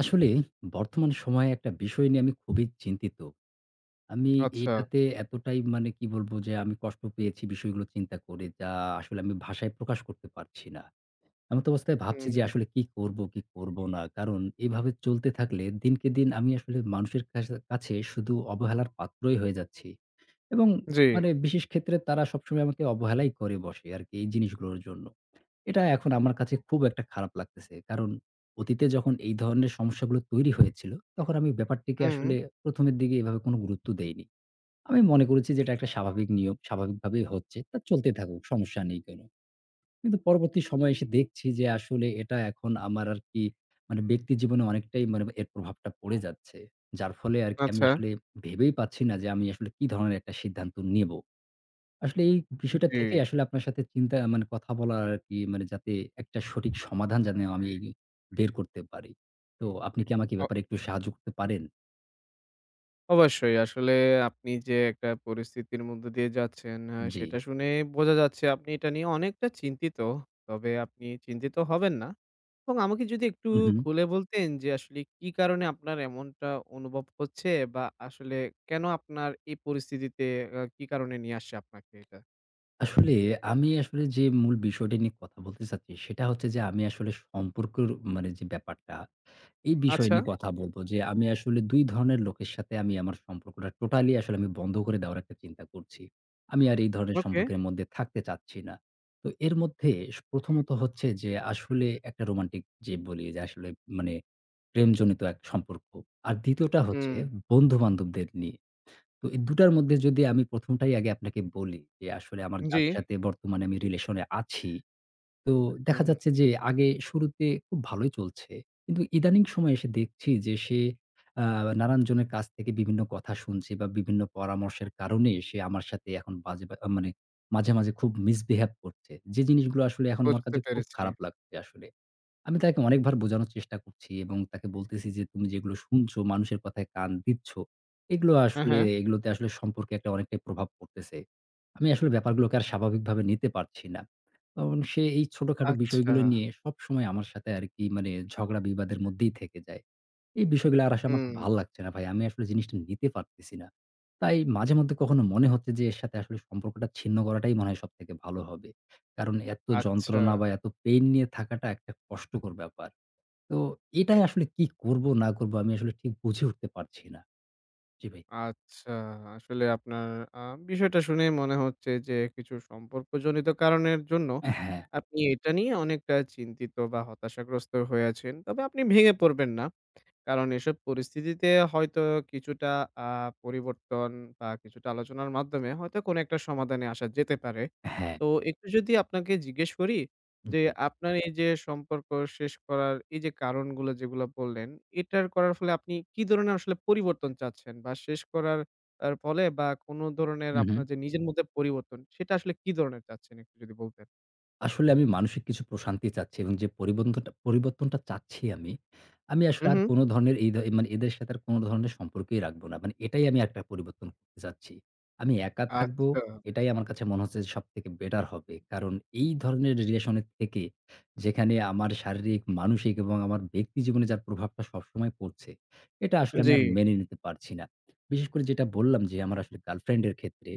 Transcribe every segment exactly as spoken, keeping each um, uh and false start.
আসলে বর্তমান সময়ে একটা বিষয় নিয়ে আমি খুবই চিন্তিত। আমি আচ্ছা। এটাতে এতটাই মানে কি বলবো যে আমি কষ্ট পেয়েছি বিষয়গুলো চিন্তা করে, যা আসলে আমি ভাষায় প্রকাশ করতে পারছি না। এমত অবস্থায় ভাবছি যে হুম, আসলে কি করব, কি করব না। কারণ এভাবে চলতে থাকলে দিনকে দিন আমি আসলে মানুষের কাছে কাছে শুধু অবহেলার পাত্রই হয়ে যাচ্ছি এবং জি। মানে বিশেষ ক্ষেত্রে তারা সবসময় আমাকে অবহেলাই করে বসে আরকি এই জিনিসগুলোর জন্য। এটা এখন আমার কাছে খুব একটা খারাপ লাগতেছে। কারণ অতীতে যখন এই ধরনের সমস্যাগুলো তৈরি হয়েছিল, তখন আমি ব্যাপারটিকে হুম। আসলে প্রথম এর দিকে এভাবে কোনো গুরুত্ব দেইনি। আমি মনে করেছি যে এটা একটা স্বাভাবিক নিয়ম, স্বাভাবিকভাবেই হচ্ছে। তা চলতে থাকুক, সমস্যা নেই কোন। কিন্তু পরবর্তী সময়ে এসে দেখছি যে আসলে এটা এখন আমার আর কি মানে ব্যক্তি জীবনে অনেকটাই মানে এর প্রভাবটা পড়ে যাচ্ছে। যার ফলে আরকি আমি আচ্ছা, আসলে ভেবেই পাচ্ছি না যে আমি আসলে কি ধরনের একটা সিদ্ধান্ত নেব। আসলে এই বিষয়টা জি। থেকে আসলে আপনার সাথে চিন্তা মানে কথা বলার আরকি মানে যাতে একটা সঠিক সমাধান যেন আমি বের করতে পারি। তো আপনি কি আমাকে এ অ ব্যাপারে একটু সাহায্য করতে পারেন? অবশ্যই আসলে আপনি যে একটা পরিস্থিতির মধ্য দিয়ে যাচ্ছেন আ জি। সেটা শুনে বোঝা যাচ্ছে আপনি এটা নিয়ে অনেকটা চিন্তিত। তবে আপনি চিন্তিত হবেন না। এবং আমাকে যদি একটু হু, হু। খুলে বলতেন যে আসলে কি কারণে আপনার এমনটা অনুভব হচ্ছে বা আসলে কেন আপনার এই পরিস্থিতিতে আ কি কারণে নিয়ে আসছে আপনাকে এটা? আসলে আমি আসলে যে মূল বিষয়টা নিয়ে কথা বলতে চাচ্ছি সেটা হচ্ছে যে আমি আসলে সম্পর্কের মানে যে ব্যাপারটা, এই বিষয় আচ্ছা, নিয়ে কথা বলবো যে আমি আসলে দুই ধরনের লোকের সাথে আমি আমার সম্পর্কটা টোটালি আসলে আমি বন্ধ করে দেওয়ার একটা চিন্তা করছি। আমি আর এই ধরনের ওকে। সম্পর্কের মধ্যে থাকতে চাচ্ছি না। তো এর মধ্যে প্রথমত হচ্ছে যে আসলে একটা রোমান্টিক, যে বলি যে আসলে মানে প্রেমজনিত এক সম্পর্ক। আর দ্বিতীয় টা হচ্ছে হুম। বন্ধু-বান্ধবদের নিয়ে। তো এই দুই টার মধ্যে যদি আমি প্রথম টাই আগে আপনাকে বলি, যে আসলে আমার যার, জি। আচ্ছা, সাথে বর্তমানে আমি রিলেশন এ আছি, তো হুম, দেখা হুম। যাচ্ছে যে আগে শুরুতে খুব ভালোই চলছে। কিন্তু ইদানিং সময়ে এসে দেখছি যে সে আ নানানজনের কাছ থেকে বিভিন্ন কথা শুনছে বা বিভিন্ন পরামর্শের কারণে সে আমার সাথে এখন বাজে বা মানে মাঝে, মাঝে খুব মিসবিহেভ করছে। যে জিনিসগুলো আসলে এখন আমার বুঝতে কাছে খুব পেরেছি। খারাপ লাগছে আসলে। আমি তাকে অনেকবার বোঝানোর চেষ্টা করছি এবং তাকে বলতেছি যে, "তুমি যেগুলো শুনছো, মানুষের কথায় কান দিচ্ছ, এগুলো হ্যাঁ, আসলে হ্যাঁ। এগুলোতে আসলে সম্পর্কে একটা অনেকটাই প্রভাব পড়তেছে। আমি আসলে ব্যাপারগুলোকে আর স্বাভাবিকভাবে নিতে পারছি না।" তখন সে এই ছোটখাটো আচ্ছা। বিষয়গুলো নিয়ে সবসময় আমার সাথে আরকি মানে ঝগড়া বিবাদের মধ্যেই থেকে যায়। এই বিষয়গুলো আর আসলে আমাকে হুম, ভাল লাগছে না ভাই। আমি আসলে জিনিসটা নিতে পারতেছি না। তাই মাঝে মধ্যে কখনো মনে হচ্ছে যে এর সাথে আসলে সম্পর্কটা ছিন্ন করাটাই মনে হয় সবথেকে ভালো হবে। কারণ এত আচ্ছা, যন্ত্রণা বা এত পেইন নিয়ে থাকাটা একটা কষ্টকর ব্যাপার। তো এটাই আসলে কি করব না করব আমি আসলে ঠিক বুঝে উঠতে পারছি না। জি ভাই। আচ্ছা। আসলে আপনার আ বিষয়টা শুনে মনে হচ্ছে যে কিছু সম্পর্কজনিত কারণের জন্য হ্যাঁ, আপনি এটা নিয়ে অনেকটা চিন্তিত বা হতাশাগ্রস্ত হয়ে আছেন। তবে আপনি ভেঙে পড়বেন না। কারণ এসব পরিস্থিতিতে হয়তো কিছুটা আ পরিবর্তন বা কিছুটা আলোচনার মাধ্যমে হয়তো কোনো একটা সমাধানে আসা যেতে পারে। হ্যাঁ। তো একটু যদি আপনাকে জিজ্ঞেস করি যে, জি। আপনার এই যে সম্পর্ক শেষ করার এই যে কারণগুলো যেগুলো বললেন, এটার করার ফলে আপনি কি ধরনের আসলে পরিবর্তন চাচ্ছেন? বা শেষ করার আর ফলে বা কোনো ধরনের হু, হু। আপনার যে নিজের মধ্যে পরিবর্তন, সেটা আসলে কি ধরনের চাচ্ছেন একটু যদি বলতেন? আসলে আমি মানসিক কিছু প্রশান্তি চাচ্ছি এবং যে পরিবর্তনটা পরিবর্তনটা চাচ্ছি আমি, আমি আসলে হুম, আর হুম। কোনো ধরনের এই ধ মানে এদের সাথে আর কোনো ধরনের সম্পর্কই রাখবো না। মানে এটাই আমি একটা পরিবর্তন করতে চাচ্ছি। আমি একা থাকবো, আচ্ছা। এটাই আমার কাছে মনে হচ্ছে যে সবথেকে বেটার হবে। কারণ এই ধরনের রিলেশনের থেকে যেখানে আমার শারীরিক, মানসিক এবং আমার ব্যক্তি জীবনে যার প্রভাবটা সবসময় পড়ছে, এটা আসলে জি। আমি আর মেনে নিতে পারছি না। বিশেষ করে যেটা বললাম যে আমার আসলে গার্লফ্রেন্ড এর ক্ষেত্রে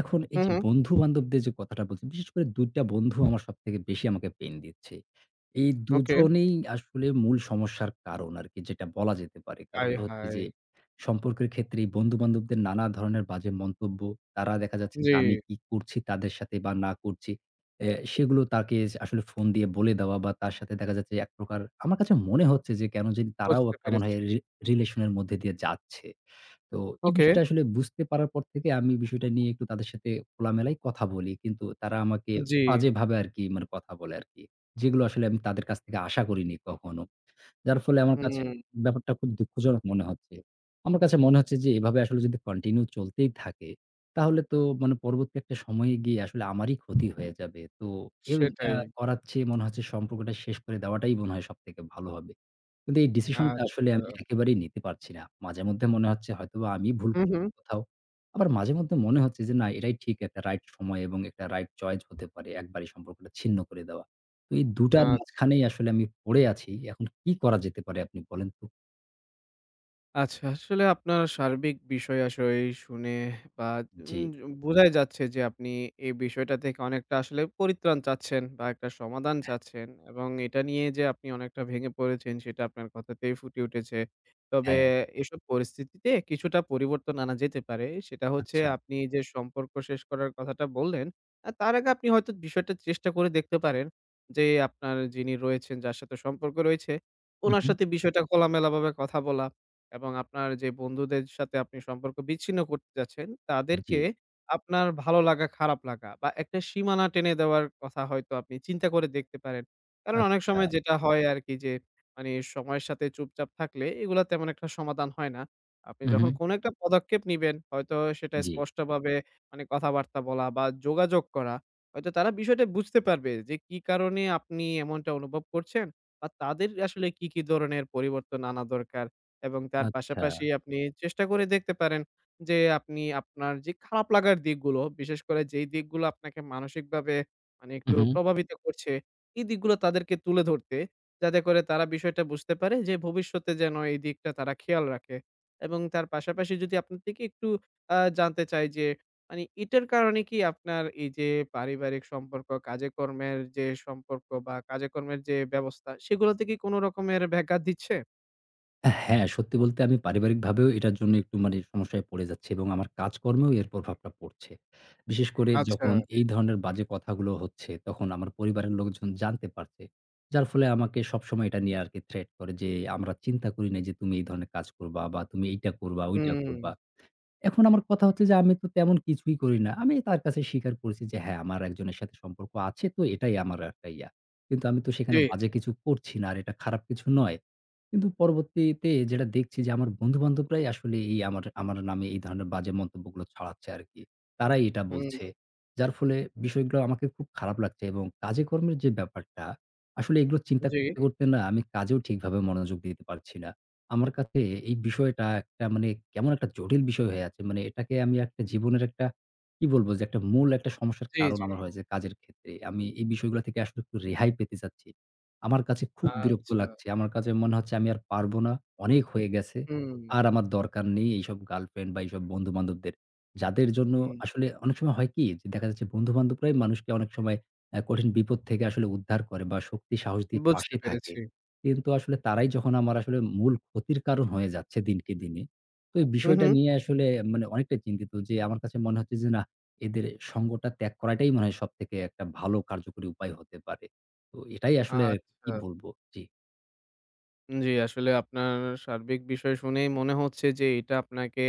এখন এই হুম, যে হুম। বন্ধু-বান্ধবদের যে কথাটা বলছি, বিশেষ করে দুই টা বন্ধু আমার সবথেকে বেশি আমাকে পেইন দিচ্ছে। এই ওকে। দুজনেই আসলে মূল সমস্যার কারণ আরকি, যেটা বলা যেতে পারে। আয় কারণটা হচ্ছে হায়! যে সম্পর্কের ক্ষেত্রে এই বন্ধু-বান্ধবদের নানা ধরনের বাজে মন্তব্য। তারা দেখা যাচ্ছে জি, যে আমি কি করছি তাদের সাথে বা না করছি, অ্যা সেগুলো তাকে আসলে ফোন দিয়ে বলে দেওয়া বা তার সাথে দেখা যাচ্ছে এক প্রকার আমার কাছে মনে হচ্ছে যে কেন জানি তারাও বুঝতে একটা মনে পেরেছি। হয় রি রিলেশন এর মধ্যে দিয়ে যাচ্ছে। তো এই ওকে, বিষয়টা আসলে বুঝতে পারার পর থেকে আমি বিষয়টা নিয়ে একটু তাদের সাথে খোলামেলায় কথা বলি। কিন্তু তারা আমাকে জি। বাজেভাবে আরকি মানে কথা বলে আরকি। যেগুলো আসলে আমি তাদের কাছ থেকে আশা করিনি কখনো। যার ফলে আমার কাছে হুম, ব্যাপারটা খুব দুঃখজনক মনে হচ্ছে। আমার কাছে মনে হচ্ছে যে এভাবে আসলে যদি কন্টিনিউ চলতেই থাকে, তাহলে তো মানে পরবর্তী একটা সময়ে গিয়ে আসলে আমারই ক্ষতি হয়ে যাবে। তো এইটা সেটাই। করার চেয়ে মনে হচ্ছে সম্পর্কটা শেষ করে দেওয়াটাই মনে হয় সবথেকে ভালো হবে। কিন্তু এই ডিসিশনটা আসলে আমি আচ্ছা। একেবারেই নিতে পারছি না। মাঝেমধ্যে মনে হচ্ছে হয়তোবা আমি ভুল হু, হু। করছি কোথাও। আবার মাঝেমধ্যে মনে হচ্ছে যে না, এটাই ঠিক একটা রাইট সময় এবং একটা রাইট চয়েস হতে পারে একবারই সম্পর্কটা ছিন্ন করে দেওয়া। তো এই দুই টার আচ্ছা। মাঝখানেই আসলে আমি পড়ে আছি। এখন কি করা যেতে পারে, আপনি বলেন তো? আচ্ছা, আসলে আপনার সার্বিক বিষয়-আশয় শুনে বা জি। উম বোঝাই যাচ্ছে যে আপনি এই বিষয়টা থেকে অনেকটা আসলে পরিত্রাণ চাচ্ছেন বা একটা সমাধান চাচ্ছেন এবং এটা নিয়ে যে আপনি অনেকটা ভেঙে পড়েছেন সেটা আপনার কথাতেই ফুটে উঠেছে। তবে হ্যাঁ, এসব পরিস্থিতিতে কিছুটা পরিবর্তন আনা যেতে পারে। সেটা হচ্ছে আচ্ছা। আপনি যে সম্পর্ক শেষ করার কথাটা বললেন, আ তার আগে আপনি হয়তো বিষয়টা চেষ্টা করে দেখতে পারেন যে আপনার যিনি রয়েছেন, যার সাথে সম্পর্ক রয়েছে, উনার উহু, সাথে বিষয়টা খোলামেলাভাবে কথা বলা। এবং আপনার যে বন্ধুদের সাথে আপনি সম্পর্ক বিচ্ছিন্ন করতে যাচ্ছেন, জি। তাদেরকে আপনার ভালো লাগা, খারাপ লাগা বা একটা সীমানা টেনে দেওয়ার কথা হয়তো আপনি চিন্তা করে দেখতে পারেন। কারণ অনেক আচ্ছা। সময় যেটা হয় আরকি যে মানে সময়ের সাথে চুপচাপ থাকলে এগুলা তেমন একটা সমাধান হয় না। আপনি যখন উহু, কোনো একটা পদক্ষেপ নিবেন, হয়তো সেটা জি। স্পষ্টভাবে মানে কথাবার্তা বলা বা যোগাযোগ করা, হয়তো তারা বিষয়টা বুঝতে পারবে যে কি কারণে আপনি এমনটা অনুভব করছেন বা তাদের আসলে কি, কি ধরনের পরিবর্তন আনা দরকার। এবং তার আচ্ছা। পাশাপাশি আপনি চেষ্টা করে দেখতে পারেন যে, আপনি আপনার যে খারাপ লাগার দিকগুলো, বিশেষ করে যেই দিকগুলো আপনাকে মানসিকভাবে মানে একটু উহু। প্রভাবিত করছে, এই দিকগুলো তাদেরকে তুলে ধরতে। যাতে করে তারা বিষয়টা বুঝতে পারে যে, ভবিষ্যতে যেন এই দিকটা তারা খেয়াল রাখে। এবং তার পাশাপাশি যদি আপনার থেকে একটু আ জানতে চাই যে, মানে এটার কারণে কি আপনার এই যে পারিবারিক সম্পর্ক, কাজে-কর্মের যে সম্পর্ক বা কাজে-কর্মের যে ব্যবস্থা, সেগুলোতে কি কোন রকমের ব্যাঘাত দিচ্ছে? হ্যাঁ, সত্যি বলতে আমি পারিবারিকভাবেও এটার জন্য একটু মানে সমস্যায় পড়ে যাচ্ছি এবং আমার কাজকর্মেও এর প্রভাবটা পড়ছে। বিশেষ করে আচ্ছা। যখন এই ধরনের বাজে কথাগুলো হচ্ছে, তখন আমার পরিবারের লোকজন জানতে পারছে। যার ফলে আমাকে সবসময় এটা নিয়ে আরকি থ্রেট করে যে, "আমরা চিন্তা করি নাই যে তুমি এই ধরনের কাজ করবা বা তুমি এইটা করবা, ওইটা হুম, করবা।" এখন আমার কথা হচ্ছে যে আমি তো তেমন কিছুই করি না। আমি তার কাছে স্বীকার করেছি যে হ্যাঁ, আমার একজনের সাথে সম্পর্ক আছে, তো এটাই আমার একটা ইয়া। কিন্তু আমি তো জি, সেখানে বাজে কিছু করছি না আর এটা খারাপ কিছু নয়। কিন্তু পরবর্তীতে যেটা দেখছি যে আমার বন্ধু-বান্ধবরাই আসলে এই আমার আমার নামে এই ধরনের বাজে মন্তব্যগুলো ছড়াচ্ছে আরকি। তারাই এটা বলছে। হুম, যার ফলে বিষয়গুলো আমাকে খুব খারাপ লাগছে এবং কাজে কর্মের যে ব্যাপারটা আসলে এগুলো চিন্তা জি, করতে, করতে না আমি কাজেও ঠিকভাবে মনোযোগ দিতে পারছি না। আমার কাছে এই বিষয়টা একটা মানে কেমন একটা জটিল বিষয় হয়ে আছে। মানে এটাকে আমি একটা জীবনের একটা কি বলব যে একটা মূল একটা সমস্যার জি, কারণ জি। আমার হয়েছে কাজের ক্ষেত্রে। আমি এই বিষয়গুলা থেকে আসলে একটু রেহাই পেতে চাচ্ছি। আমার কাছে খুব বিরক্ত আচ্ছা, লাগছে। আমার কাছে মনে হচ্ছে আমি আর পারব না। অনেক হয়ে গেছে। হুম, আর আমার দরকার নেই এইসব গার্লফ্রেন্ড বা এইসব বন্ধু-বান্ধবদের। যাদের জন্য হুম, আসলে অনেক সময় হয় কি যে দেখা যাচ্ছে বন্ধু-বান্ধবরাই মানুষকে অনেক সময় অ্যা কঠিন বিপদ থেকে আসলে উদ্ধার করে বা শক্তি সাহস দিয়ে বুঝতে পাশে থাকে। পেরেছি। কিন্তু আসলে তারাই যখন আমার আসলে মূল ক্ষতির কারণ হয়ে যাচ্ছে দিনকে দিনে। তো এই হু, হু, বিষয়টা নিয়ে আসলে মানে অনেকটা চিন্তিত যে আমার কাছে মনে হচ্ছে যে না, এদের সঙ্গটা ত্যাগ করাটাই মনে হয় সবথেকে একটা ভালো কার্যকরী উপায় হতে পারে। তো এটাই আসলে আরকি কি আচ্ছা। বলব? জি। জি, আসলে আপনার সার্বিক বিষয় শুনেই মনে হচ্ছে যে এটা আপনাকে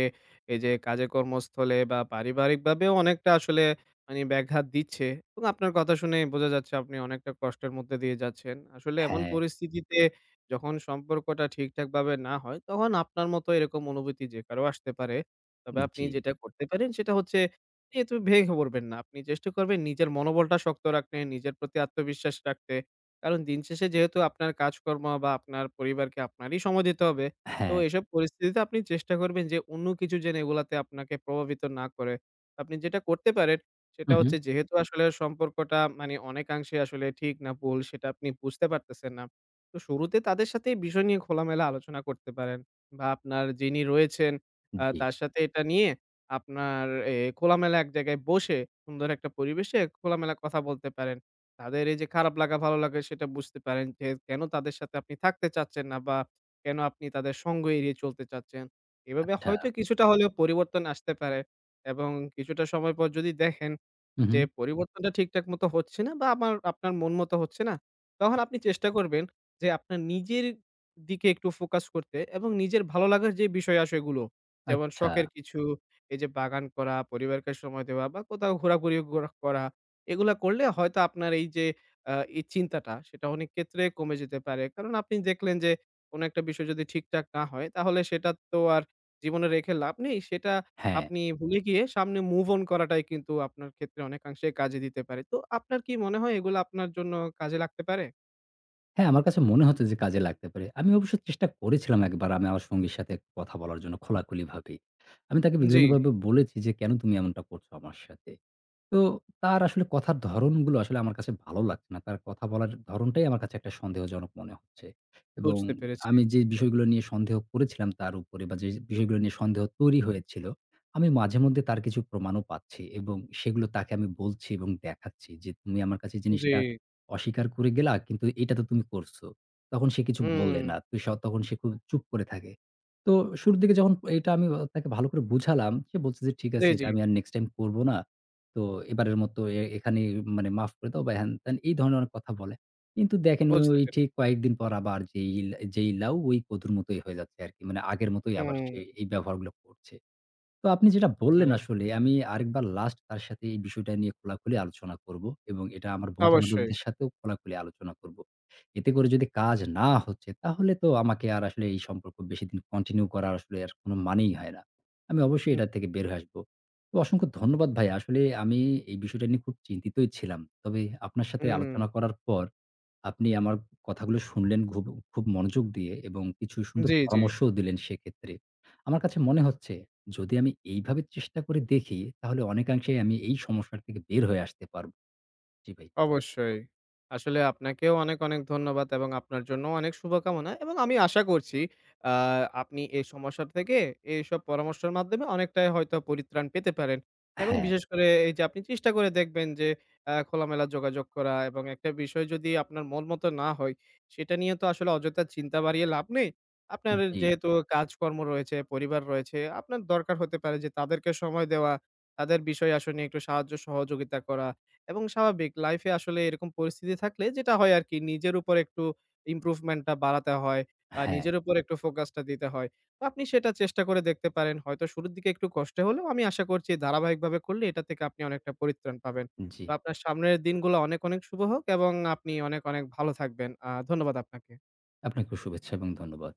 এই যে কাজে কর্মস্থলে বা পারিবারিকভাবেও অনেকটা আসলে মানে ব্যাঘাত দিচ্ছে এবং আপনার কথা শুনে বোঝা যাচ্ছে আপনি অনেকটা কষ্টের মধ্যে দিয়ে যাচ্ছেন। আসলে এমন হ্যাঁ, পরিস্থিতিতে যখন সম্পর্কটা ঠিকঠাকভাবে না হয় তখন আপনার মতো এরকম অনুভূতি যে কারো আসতে পারে। তবে আপনি জি, যেটা করতে পারেন সেটা হচ্ছে যেহেতু ভেঙে পড়বেন না। আপনি চেষ্টা করবেন নিজের মনোবলটা শক্ত রাখতে, নিজের প্রতি আত্মবিশ্বাস রাখতে। কারণ দিন শেষে যেহেতু আপনার কাজকর্ম বা আপনার পরিবারকে আপনারই সময় দিতে হবে। তো হ্যাঁ। এসব পরিস্থিতিতে আপনি চেষ্টা করবেন যে অন্য কিছু যেন এগুলাতে আপনাকে প্রভাবিত না করে। আপনি যেটা করতে পারেন হু, সেটা হু। হচ্ছে যেহেতু আসলে সম্পর্কটা মানে অনেকাংশে আসলে ঠিক না ভুল সেটা আপনি বুঝতে পারতেছেন না। তো শুরুতে তাদের সাথে এই বিষয় নিয়ে খোলামেলা আলোচনা করতে পারেন বা আপনার যিনি রয়েছেন আ জি। তার সাথে এটা নিয়ে আপনার এ খোলামেলা এক জায়গায় বসে সুন্দর একটা পরিবেশে খোলামেলা কথা বলতে পারেন। তাদের এই যে খারাপ লাগা ভালো লাগা সেটা বুঝতে পারেন যে কেন তাদের সাথে আপনি থাকতে চাচ্ছেন না বা কেন আপনি তাদের সঙ্গ এড়িয়ে চলতে চাচ্ছেন। এভাবে আচ্ছা। হয়তো কিছুটা হলেও পরিবর্তন আসতে পারে এবং কিছুটা সময় পর যদি দেখেন হু, হু। যে পরিবর্তনটা ঠিকঠাক মতো হচ্ছে না বা আমার আপনার মন মতো হচ্ছে না, তখন আপনি চেষ্টা করবেন যে আপনার নিজের দিকে একটু ফোকাস করতে এবং নিজের ভালো লাগার যে বিষয় আশয়গুলো, যেমন আচ্ছা। শখের কিছু, এই যে বাগান করা, পরিবারকে সময় দেওয়া বা কোথাও ঘোরাঘুরি গোরা করা, এগুলা করলে হয়তো আপনার এই যে আ এই চিন্তাটা সেটা অনেক ক্ষেত্রে কমে যেতে পারে। কারণ আপনি দেখলেন যে কোনো একটা বিষয় যদি ঠিকঠাক না হয় তাহলে সেটা তো আর জীবনে রেখে লাভ নেই। সেটা হ্যাঁ। আপনি ভুলে গিয়ে সামনে মুভ অন করাটাই কিন্তু আপনার ক্ষেত্রে অনেকাংশে কাজে দিতে পারে। তো আপনার কি মনে হয় এগুলো আপনার জন্য কাজে লাগতে পারে? হ্যাঁ, আমার কাছে মনে হচ্ছে যে কাজে লাগতে পারে। আমি অবশ্য চেষ্টা করেছিলাম একবার আমি আমার সঙ্গীর সাথে একটু কথা বলার জন্য খোলাখুলিভাবেই। আমি তাকে, জি, জি, বিভিন্নভাবে বলেছি যে, "কেন তুমি এমনটা করছো আমার সাথে?" তো তার আসলে কথার ধরণগুলো আসলে আমার কাছে ভালো লাগছে না। তার কথা বলার ধরণটাই আমার কাছে একটা সন্দেহজনক মনে হচ্ছে। এবং বুঝতে পেরেছি। আমি যে বিষয়গুলো নিয়ে সন্দেহ করেছিলাম তার উপরে বা যে বিষয়গুলো নিয়ে সন্দেহ তৈরি হয়েছিল, আমি মাঝেমধ্যে তার কিছু প্রমাণও পাচ্ছি এবং সেগুলো তাকে আমি বলছি এবং দেখাচ্ছি যে, "তুমি আমার কাছে জি, জিনিসটা অস্বীকার করে গেলা, কিন্তু এটা তো তুমি করছো।" তখন সে কিছু হুম, বলে না। তো স তখন সে খুব চুপ করে থাকে। তো শুরুর দিকে যখন এটা আমি তাকে ভালো করে বুঝালাম, সে বলছে যে, "ঠিক জি, আছে, জি, এটা আমি আর নেক্সট টাইম করব না।" তো এবারের মতো এ এখানেই মানে মাফ করে দাও বা হ্যান-ত্যান এই ধরনের অনেক কথা বলে। কিন্তু দেখেন ওই বুঝতে ওই ঠিক পেরেছি। কয়েকদিন পর আবার যেই লা- যেই লাউ ওই কদুর মতোই হয়ে যাচ্ছে আরকি। মানে আগের মতোই আবার হুম, সে এই ব্যবহারগুলো করছে। তো আপনি যেটা আ বললেন আসলে আমি আরেকবার লাস্ট তার সাথে এই বিষয়টা নিয়ে খোলাখুলি আলোচনা করব এবং এটা আমার অবশ্যই। বন্ধু-বান্ধবদের সাথেও খোলাখুলি আলোচনা করব। এতে করে যদি কাজ না হচ্ছে তাহলে তো আমাকে আর আসলে এই সম্পর্ক বেশিদিন কন্টিনিউ করা আসলে আর কোনো মানেই হয় না। আমি অবশ্যই হুম, এটা থেকে বের জি, হয়ে আসব। তো অসংখ্য ধন্যবাদ ভাই। আসলে আমি এই বিষয়টা নিয়ে খুব চিন্তিতই ছিলাম। তবে আপনার সাথে হুম, আলোচনা করার পর আপনি আমার কথাগুলো শুনলেন খুব, খুব মনোযোগ দিয়ে এবং কিছু সুন্দর জি, জি। পরামর্শও দিলেন সেক্ষেত্রে। আমার কাছে মনে হচ্ছে যদি আমি এইভাবে চেষ্টা করে দেখি তাহলে অনেকাংশেই আমি এই সমস্যার থেকে বের হয়ে আসতে পারব। জি ভাই। অবশ্যই। আসলে আপনাকেও অনেক, অনেক ধন্যবাদ এবং আপনার জন্য অনেক শুভকামনা এবং আমি আশা করছি আ আপনি এই সমস্যা থেকে এইসব পরামর্শের মাধ্যমে অনেকটাই হয়তো পরিত্রাণ পেতে পারেন এবং হ্যাঁ, বিশেষ করে এই যে আপনি চেষ্টা করে দেখবেন যে আ খোলামেলা যোগাযোগ করা এবং একটা বিষয় যদি আপনার মন মতো না হয়, সেটা নিয়ে তো আসলে অযথা চিন্তা বাড়িয়ে লাভ নেই। আপনার জি, যেহেতু কাজকর্ম রয়েছে, পরিবার রয়েছে, আপনার দরকার হতে পারে যে তাদেরকে সময় দেওয়া, তাদের বিষয় আসলে নিয়ে একটু সাহায্য সহযোগিতা করা এবং স্বাভাবিক লাইফে আসলে এরকম পরিস্থিতি থাকলে যেটা হয় আরকি নিজের উপর একটু ইমপ্রুভমেন্টটা বাড়াতে হয় বা হ্যাঁ, নিজের উপর একটু ফোকাসটা দিতে হয়। তো আপনি সেটা চেষ্টা করে দেখতে পারেন। হয়তো শুরুর দিকে একটু কষ্ট হলেও আমি আশা করছি ধারাবাহিকভাবে করলে এটা থেকে আপনি অনেকটা পরিত্রাণ পাবেন। জি। তো আপনার সামনের দিনগুলো অনেক, অনেক শুভ হোক এবং আপনি অনেক, অনেক ভালো থাকবেন। আ ধন্যবাদ আপনাকে। আপনাকেও শুভেচ্ছা এবং ধন্যবাদ।